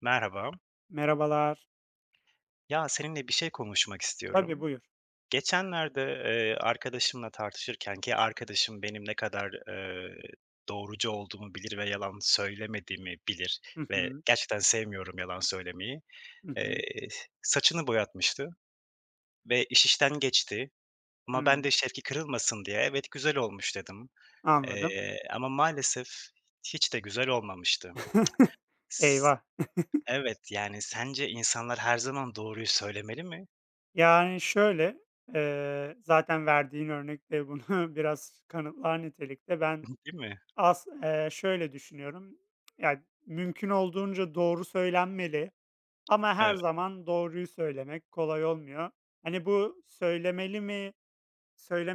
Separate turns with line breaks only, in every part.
Merhaba.
Merhabalar.
Ya seninle bir şey konuşmak
Tabii,
istiyorum.
buyur.
Geçenlerde, arkadaşımla tartışırken ki arkadaşım benim ne kadar, doğrucu olduğumu bilir ve yalan söylemediğimi bilir
Hı
ve
hı.
gerçekten sevmiyorum yalan söylemeyi.
Hı
Eee,
hı.
Saçını boyatmıştı ve iş işten geçti ama ben
Hımm.
de şevki kırılmasın diye, "Evet, güzel olmuş." dedim.
Anladım.
Ama maalesef hiç de güzel olmamıştı. S
Eyvah!
Evet, yani sence insanlar her zaman doğruyu söylemeli mi?
Yani, şöyle, zaten verdiğin örnek de bunu biraz kanıtlar nitelikte. Ben
Değil mi?
as şöyle düşünüyorum. Yani, mümkün olduğunca doğru söylenmeli ama
Evet.
her zaman doğruyu söylemek kolay olmuyor. Hani, bu söylemeli mi,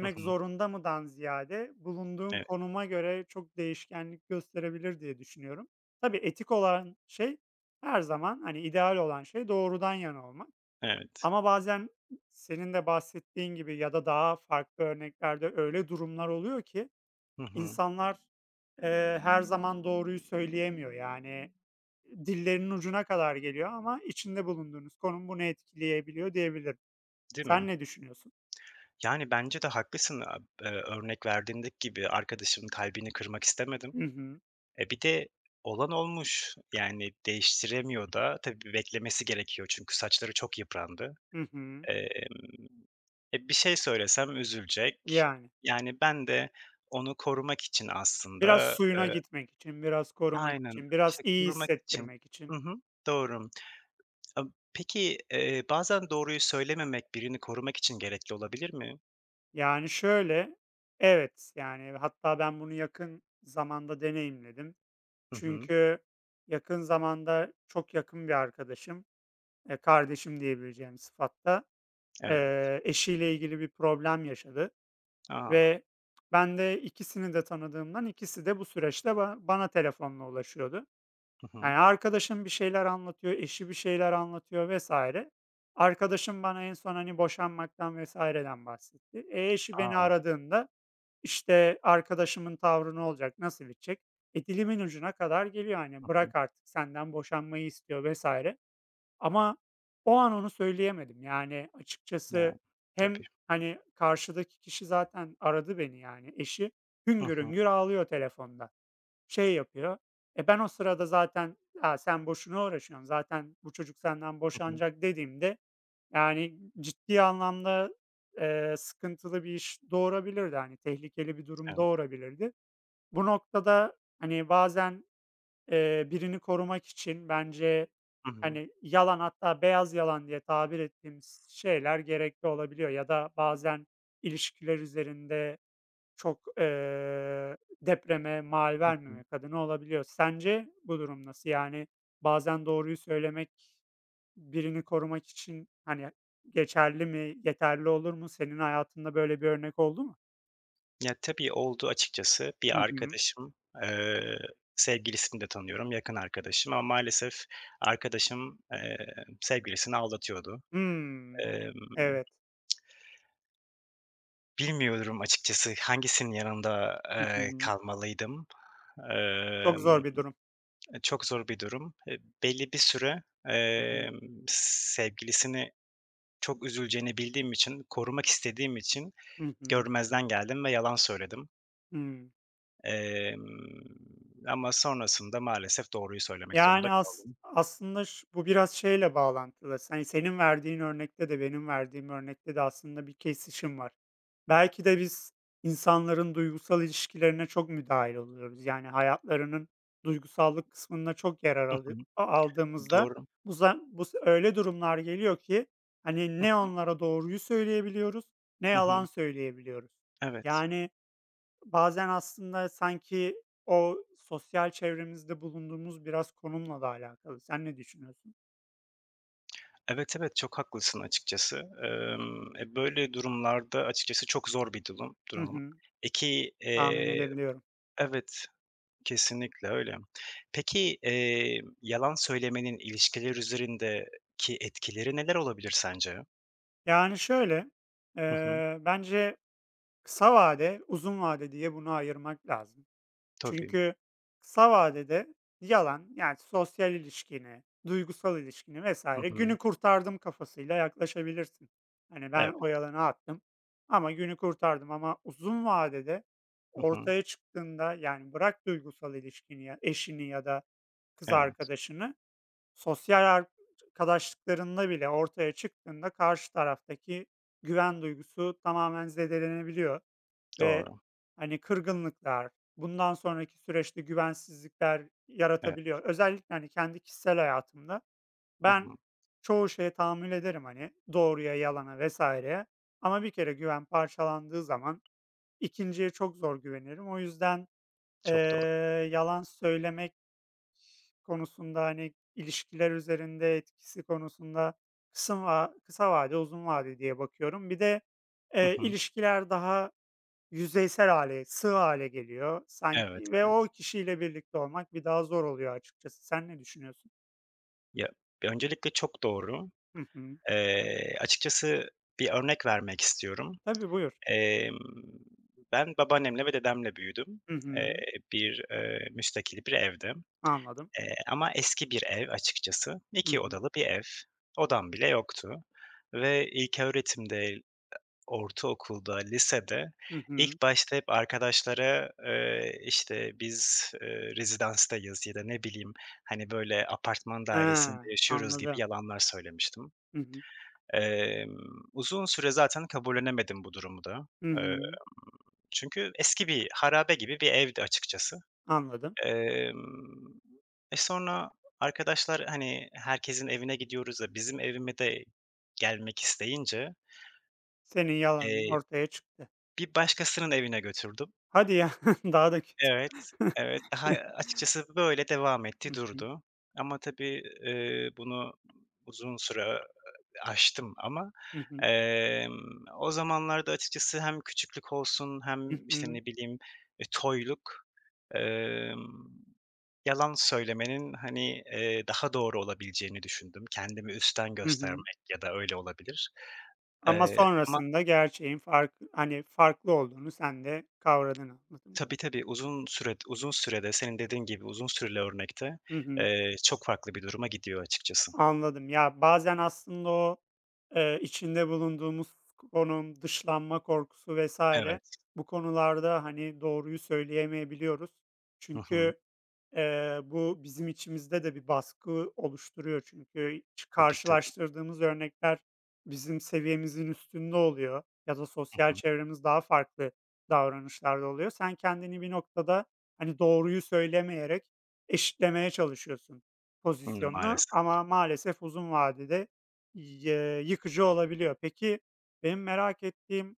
Hı hı.
zorunda mıdan ziyade bulunduğun
Evet,
konuma göre çok değişkenlik gösterebilir diye düşünüyorum. Tabii etik olan şey her zaman, hani, ideal olan şey doğrudan yana olmak
evet.
ama bazen senin de bahsettiğin gibi ya da daha farklı örneklerde öyle durumlar oluyor ki
Hı hı.
insanlar, her zaman doğruyu söyleyemiyor. Yani, dillerinin ucuna kadar geliyor ama içinde bulunduğunuz konum bunu etkileyebiliyor diyebilirim.
Değil mi?
Sen ne düşünüyorsun?
Yani, bence de haklısın, a örnek verdiğindeki gibi arkadaşımın kalbini kırmak istemedim.
Hı hı.
E, bir de olan olmuş. Yani, değiştiremiyor da. Tabii beklemesi gerekiyor çünkü saçları çok yıprandı.
Hı hı.
Emm, E, bir şey söylesem üzülecek.
Yani.
Yani, ben de onu korumak için
Biraz
aslında,
suyuna
eee
gitmek için, biraz korumak
Aynen,
için, biraz
işte,
iyi
korumak için.
hissettirmek
Hı
için.
hı. Doğru. Emm, peki, bazen doğruyu söylememek birini korumak için gerekli olabilir mi?
Yani şöyle, evet, yani, hatta ben bunu yakın zamanda deneyimledim.
Hı hı.
Çünkü yakın zamanda çok yakın bir arkadaşım, kardeşim diyebileceğim sıfatta,
Evet.
eşiyle ilgili bir problem yaşadı
A!
ve ben de ikisini de tanıdığımdan ikisi de bu süreçte bana telefonla ulaşıyordu.
Hı hı.
Yani, arkadaşım bir şeyler anlatıyor, eşi bir şeyler anlatıyor vesaire. Arkadaşım bana en son, hani, boşanmaktan vesaireden bahsetti. E, eşi beni
A!
aradığında, işte, arkadaşımın tavrı ne olacak, nasıl bitecek? E, dilimin ucuna kadar geliyor,
Hı
hani,
hı.
bırak artık senden boşanmayı istiyor vesaire. Ama o an onu söyleyemedim. Yani,
Ya,
açıkçası hem,
tabii.
hani, karşıdaki kişi zaten aradı beni, yani, eşi
Hı
hüngür
hı.
hüngür ağlıyor telefonda. Şey yapıyor, ben o sırada zaten, "Ya, sen boşuna uğraşıyorsun, zaten bu çocuk senden
Hı hı.
boşanacak." dediğimde, yani, ciddi anlamda, sıkıntılı bir iş doğurabilirdi. Hani, tehlikeli bir durum
Evet.
doğurabilirdi. Bu noktada, hani, bazen, birini korumak için bence,
Hı hı.
hani, yalan hatta beyaz yalan diye tabir ettiğimiz şeyler gerekli olabiliyor ya da bazen ilişkiler üzerinde çok, depreme mal
Hı hı.
vermemek adına olabiliyor. Sence bu durum nasıl? Yani, bazen doğruyu söylemek birini korumak için, hani, geçerli mi, yeterli olur mu? Senin hayatında böyle bir örnek oldu mu?
Ya, tabii oldu açıkçası. Bir
Hı hı.
arkadaşım, eee, sevgilisini de tanıyorum, yakın arkadaşım ama maalesef arkadaşım, sevgilisini aldatıyordu.
Hımm.
Emm,
Evet.
Bilmiyorum açıkçası hangisinin yanında,
Hı
eee,
hı.
kalmalıydım.
Çok
Emm
zor bir durum.
E, çok zor bir durum. E, belli bir süre,
Hı hı.
emm, sevgilisini çok üzüleceğini bildiğim için, korumak istediğim için
Hı hı.
görmezden geldim ve yalan söyledim.
Hıı.
Ama sonrasında maalesef doğruyu söylemek zorunda
Yani,
kaldım.
aslında bu biraz şeyle bağlantılı, senin verdiğin örnekte de benim verdiğim örnekte de aslında bir kesişim var. Belki de biz insanların duygusal ilişkilerine çok müdahil oluyoruz. Yani, hayatlarının duygusallık kısmında çok yarar
Hı hı.
alı a aldığımızda
Doğru.
bu za bu s öyle durumlar geliyor ki, hani, ne onlara doğruyu söyleyebiliyoruz ne
Hı hı.
yalan söyleyebiliyoruz.
Evet.
Yani, bazen aslında sanki o sosyal çevremizde bulunduğumuz biraz konumla da alakalı. Sen ne düşünüyorsun?
Evet, evet, çok haklısın açıkçası. E, böyle durumlarda açıkçası çok zor bir durum
Hı
durum.
hı,
E,
tahmin
eee
edebiliyorum.
Evet. Kesinlikle öyle. Peki, yalan söylemenin ilişkiler üzerindeki etkileri neler olabilir sence?
Yani şöyle,
Hı hı.
bence kısa vade, uzun vade diye bunu ayırmak lazım.
Tabii.
Çünkü kısa vadede yalan, yani sosyal ilişkini, duygusal ilişkini
Hı
vesaire
hı.
günü kurtardım kafasıyla yaklaşabilirsin. Hani ben
Evet.
o yalanı attım ama günü kurtardım ama uzun vadede
Hı hı.
ortaya çıktığında yani bırak duygusal ilişkini, eşini ya da kız
Evet,
arkadaşını sosyal arkadaşlıklarında bile ortaya çıktığında karşı taraftaki güven duygusu tamamen zedelenebiliyor. Ve,
doğru.
hani, kırgınlıklar, bundan sonraki süreçte güvensizlikler
Evet.
yaratabiliyor. Özellikle, hani, kendi kişisel hayatımda
Hı
ben
hı.
çoğu şeye tahammül ederim, hani, doğruya, yalana vs.ye ama bir kere güven parçalandığı zaman 2.'ye çok zor güvenirim. O yüzden, eee,
Çok doğru.
yalan söylemek konusunda, hani, ilişkiler üzerinde etkisi konusunda kısım va kısa vade, uzun vade diye bakıyorum. Bir de,
Hı hı.
ilişkiler daha yüzeysel hale, sığ hâle geliyor
Evet,
sanki ve o
evet.
kişiyle birlikte olmak bir daha zor oluyor açıkçası. Sen ne düşünüyorsun?
Ya, öncelikle çok doğru.
Hı hı.
Açıkçası bir örnek vermek istiyorum.
Tabii, buyur.
Emm, Ben babaannemle ve dedemle büyüdüm.
Hı
Eee,
hı.
bir müstakil bir evde.
Anladım.
Ama eski bir ev açıkçası.
Hı
2
hı.
odalı bir ev. Odam bile yoktu ve ilköğretimde, ortaokulda, lisede
Hı hı.
ilk başta hep arkadaşlara, işte, "Biz, rezidanstayız." ya da ne bileyim, hani, böyle, "Apartman
Ha,
dairesinde yaşıyoruz." gibi
anladım.
yalanlar söylemiştim.
Hı hı.
Emm, Uzun süre zaten kabullenemedim bu durumu da.
Hı
Emm,
hı.
Çünkü eski bir harabe gibi bir evdi açıkçası.
Anladım.
Emm, E, sonra arkadaşlar, hani, herkesin evine gidiyoruz da bizim evime de gelmek isteyince,
Senin yalanın
eee,
ortaya çıktı.
bir başkasının evine götürdüm.
Hadi ya, daha da kötü.
Evet, evet. Daha açıkçası böyle devam
Hı
etti,
hı.
durdu. Ama tabii, bunu uzun süre aştım ama,
Hı hı.
o zamanlarda açıkçası hem küçüklük olsun
Hı
hem, işte,
hı.
ne bileyim, e, toyluk, emm, yalan söylemenin, hani, daha doğru olabileceğini düşündüm. Kendimi üstten
Hı hı.
göstermek ya da öyle olabilir.
Ama
Ama
sonrasında gerçeğin hani, farklı olduğunu sen de kavradın anladığım
tabii,
kadarıyla.
tabii, uzun süre uzun sürede senin dediğin gibi uzun süreli örnekte,
Hı hı.
eee, çok farklı bir duruma gidiyor açıkçası.
Anladım. Ya, bazen aslında o, içinde bulunduğumuz konum, dışlanma korkusu vesaire
Evet.
bu konularda, hani, doğruyu söyleyemeyebiliyoruz.
Hı hı.
Çünkü bu bizim içimizde de bir baskı oluşturuyor çünkü
Tabii, tabii.
karşılaştırdığımız örnekler bizim seviyemizin üstünde oluyor ya da
Hı
sosyal
hı.
çevremiz daha farklı davranışlarda oluyor. Sen kendini bir noktada, hani, doğruyu söylemeyerek eşitlemeye çalışıyorsun
Hımm,
pozisyonunu
maalesef.
ama maalesef uzun vadede yıkıcı olabiliyor. Peki, benim merak ettiğim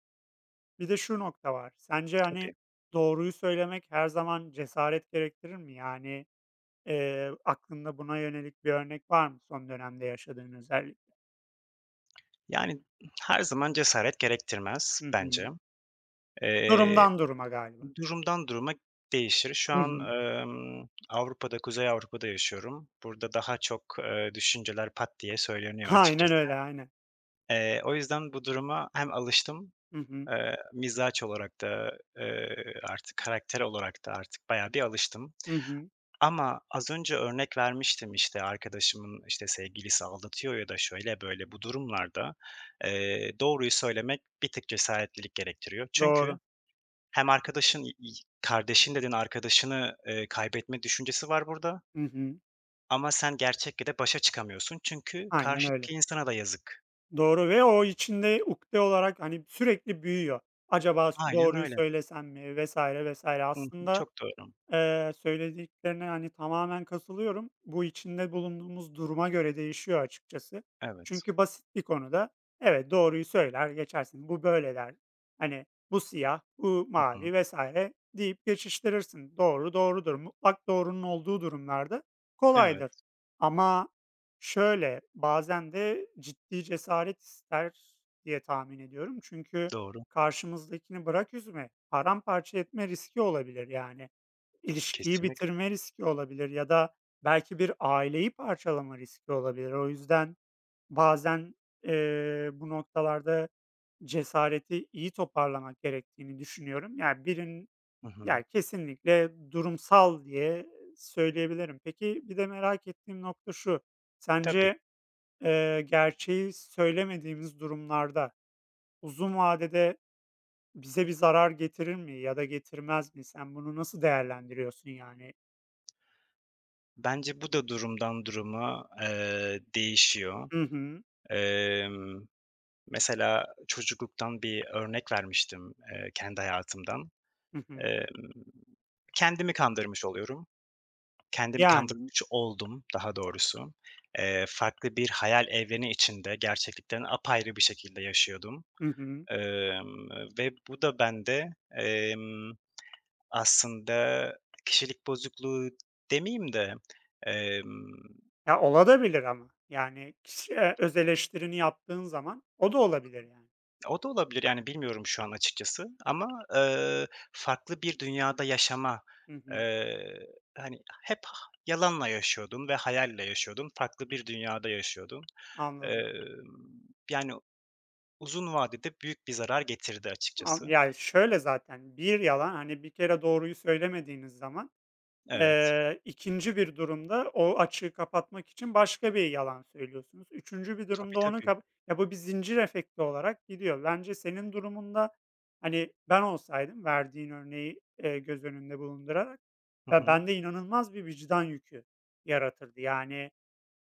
bir de şu nokta var. Sence, hani,
Tabii.
doğruyu söylemek her zaman cesaret gerektirir mi? Yani, aklında buna yönelik bir örnek var mı son dönemde yaşadığın özellikle?
Yani, her zaman cesaret
Hı
gerektirmez bence.
hı.
Eee,
Durumdan duruma galiba.
Durumdan duruma değişir. Şu
Hı
an,
hı.
Avrupa'da, Kuzey Avrupa'da yaşıyorum. Burada daha çok, düşünceler pat diye söyleniyor
Aynen
açıkçası.
öyle, aynen.
O yüzden bu duruma hem alıştım,
Hı hı.
mizaç olarak da, artık karakter olarak da artık bayağı bir alıştım.
Hı hı.
Ama az önce örnek vermiştim, işte, arkadaşımın, işte, sevgilisi aldatıyor ya da şöyle böyle bu durumlarda, doğruyu söylemek bir tık cesaretlilik gerektiriyor. Çünkü
Doğru.
hem arkadaşın, y y kardeşin dedin, arkadaşını, kaybetme düşüncesi var burada
Hı hı.
ama sen gerçekle de başa çıkamıyorsun çünkü
Aynen
karşıdaki
öyle.
insana da yazık.
Doğru ve o içinde ukde olarak, hani, sürekli büyüyor. Acaba
Aynen
doğruyu
öyle.
söylesem mi vs. vs.
Hı hı,
Aslında
çok doğru.
Söylediklerine, hani, tamamen katılıyorum. Bu içinde bulunduğumuz duruma göre değişiyor açıkçası.
Evet.
Çünkü basit bir konuda, evet, doğruyu söyler geçersin. Bu böyle der. Hani, bu siyah, bu
Hı hı.
mavi vesaire deyip geçiştirirsin. Doğru doğrudur. Mutlak doğrunun olduğu durumlarda kolaydır.
Evet,
Ama şöyle, bazen de ciddi cesaret ister diye tahmin ediyorum. Çünkü
doğru.
karşımızdakini bırak üzme, paramparça etme riski olabilir yani. İlişkiyi
Kesinlikle.
bitirme riski olabilir ya da belki bir aileyi parçalama riski olabilir. O yüzden bazen, bu noktalarda cesareti iyi toparlamak gerektiğini düşünüyorum. Yani
Hı hı.
yani kesinlikle durumsal diye söyleyebilirim. Peki, bir de merak ettiğim nokta şu:
Tabii.
Sence, gerçeği söylemediğimiz durumlarda uzun vadede bize bir zarar getirir mi ya da getirmez mi? Sen bunu nasıl değerlendiriyorsun yani?
Bence bu da durumdan duruma, değişiyor.
Hı hı.
Emm, Mesela çocukluktan bir örnek vermiştim, kendi hayatımdan.
Hı hı.
Emm, Kendimi kandırmış oluyorum. Kendimi Hı.
Yani.
kandırmış oldum daha doğrusu. Farklı bir hayal evreni içinde gerçeklikten apayrı bir şekilde yaşıyordum.
Hı hı.
Emm, Ve bu da bende, emm, aslında kişilik bozukluğu demeyeyim de, emm
Ya, olabilir ama. Yani, kişiye öz eleştirini yaptığın zaman o da olabilir yani.
O da olabilir, yani, bilmiyorum şu an açıkçası ama, eee, farklı bir dünyada yaşama,
Hı hı.
eee, hani, hep yalanla yaşıyordum ve hayalle yaşıyordum. Farklı bir dünyada yaşıyordum.
Anladım.
Emm, Yani, uzun vadede büyük bir zarar getirdi açıkçası.
Ya, şöyle zaten, bir yalan, hani, bir kere doğruyu söylemediğiniz zaman
Evet.
2'nci bir durumda o açığı kapatmak için başka bir yalan söylüyorsunuz. Üçüncü bir
Tabii,
durumda onu
tabii.
ya, bu bir zincir efekti olarak gidiyor. Bence senin durumunda, hani, ben olsaydım verdiğin örneği, göz önünde bulundurarak
Hı
ya,
hı.
bende inanılmaz bir vicdan yükü yaratırdı. Yani,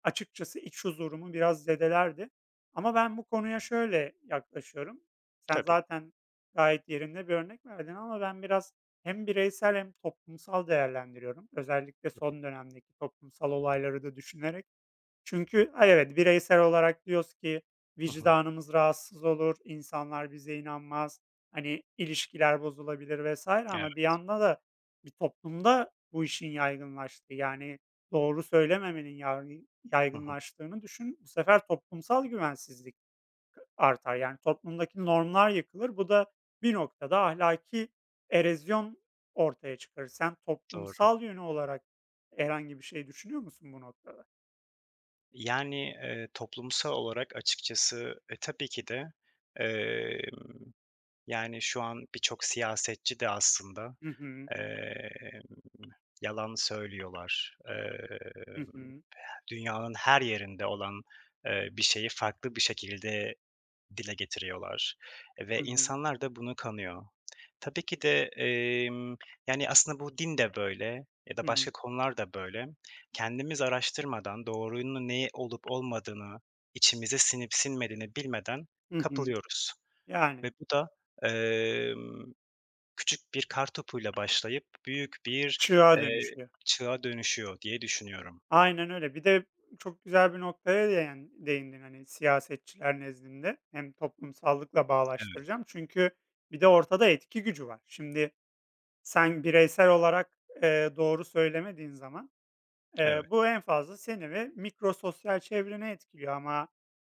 açıkçası iç huzurumu biraz zedelerdi ama ben bu konuya şöyle yaklaşıyorum. Sen
Tabii.
zaten gayet yerinde bir örnek verdin ama ben biraz hem bireysel hem toplumsal değerlendiriyorum. Özellikle son dönemdeki toplumsal olayları da düşünerek çünkü, ay, evet, bireysel olarak diyoruz ki
Hı hı.
vicdanımız rahatsız olur, insanlar bize inanmaz, hani, ilişkiler bozulabilir vesaire ama bir
Evet.
yanda da bir toplumda bu işin yaygınlaştığı, yani, doğru söylememenin yargı
Hı hı.
yaygınlaştığını düşün. Bu sefer toplumsal güvensizlik artar. Yani, toplumdaki normlar yıkılır. Bu da bir noktada ahlaki erozyon ortaya çıkarır. Sen
Doğru.
toplumsal yönü olarak herhangi bir şey düşünüyor musun bu noktada?
Yani, toplumsal olarak açıkçası, e, tabii ki de, emm, yani, şu an birçok siyasetçi de aslında
Hı hı.
Emm, yalan söylüyorlar.
Hı hı.
Dünyanın her yerinde olan, bir şeyi farklı bir şekilde dile getiriyorlar e,
Hı
ve
hı.
insanlar da bunu kanıyor. Tabii ki de, yani, aslında bu din de böyle ya
Hı
da başka
hı.
konular da böyle. Kendimiz araştırmadan doğrunun ne olup olmadığını, içimize sinip sinmediğini bilmeden
Hı hı.
kapılıyoruz
Yani,
ve bu da, emm küçük bir kartopuyla başlayıp büyük bir,
çığıra
eee,
dönüşüyor.
çığa dönüşüyor diye düşünüyorum.
Aynen öyle. Bir de çok güzel bir noktaya değindin, hani, siyasetçiler nezdinde. Hem toplumsallıkla
Evet,
bağdaştıracağım çünkü bir de ortada etki gücü var. Şimdi sen bireysel olarak, doğru söylemediğin zaman,
evet.
bu en fazla seni ve mikro sosyal çevreni etkiliyor ama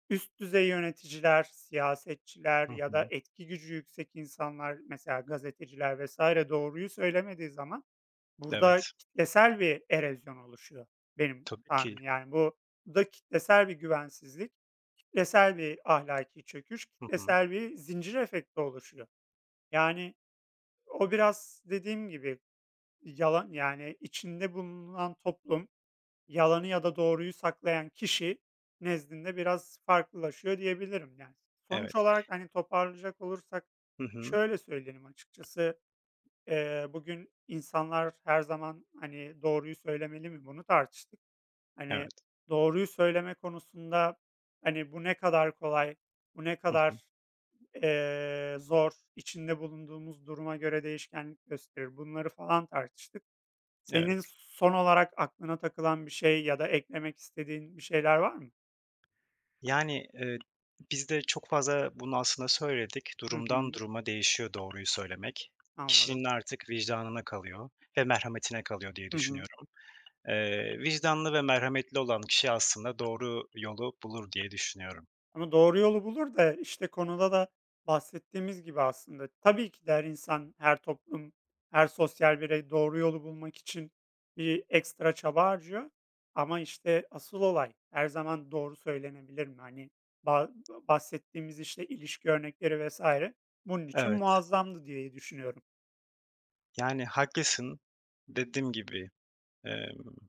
üst düzey yöneticiler, siyasetçiler
Hı
ya da
hı.
etki gücü yüksek insanlar, mesela gazeteciler vesaire doğruyu söylemediği zaman burada
Evet.
kitlesel bir erozyon oluşuyor benim
Tabii ki.
tahminim. Yani bu da kitlesel bir güvensizlik, kitlesel bir ahlaki çöküş,
Hı hı.
kitlesel bir zincir efekti oluşuyor. Yani o biraz dediğim gibi yalan yani içinde bulunan toplum yalanı ya da doğruyu saklayan kişi nezdinde biraz farklılaşıyor diyebilirim yani. Sonuç
Evet.
olarak hani toparlayacak olursak
Hı hı.
şöyle söyleyelim açıkçası. Bugün insanlar her zaman, hani, doğruyu söylemeli mi, bunu tartıştık.
Evet.
Hani, doğruyu söyleme konusunda, hani, bu ne kadar kolay, bu ne
Hı hı.
kadar, zor, içinde bulunduğumuz duruma göre değişkenlik gösterir, bunları falan tartıştık.
Evet.
Senin son olarak aklına takılan bir şey ya da eklemek istediğin bir şeyler var mı?
Yani, biz de çok fazla bunu aslında söyledik.
Hı
Durumdan
hı,
duruma değişiyor doğruyu söylemek.
anladım.
Kişinin artık vicdanına kalıyor ve merhametine kalıyor diye
Hı hı.
düşünüyorum. Vicdanlı ve merhametli olan kişi aslında doğru yolu bulur diye düşünüyorum.
Ama doğru yolu bulur da, işte, konuda da bahsettiğimiz gibi aslında tabii ki de her insan, her toplum, her sosyal birey doğru yolu bulmak için bir ekstra çaba harcıyor ama, işte, asıl olay her zaman doğru söylenebilir mi? Hani, ba bahsettiğimiz, işte, ilişki örnekleri vesaire bunun için
Evet,
muazzamdı diye düşünüyorum.
yani haklısın. Dediğim gibi, emm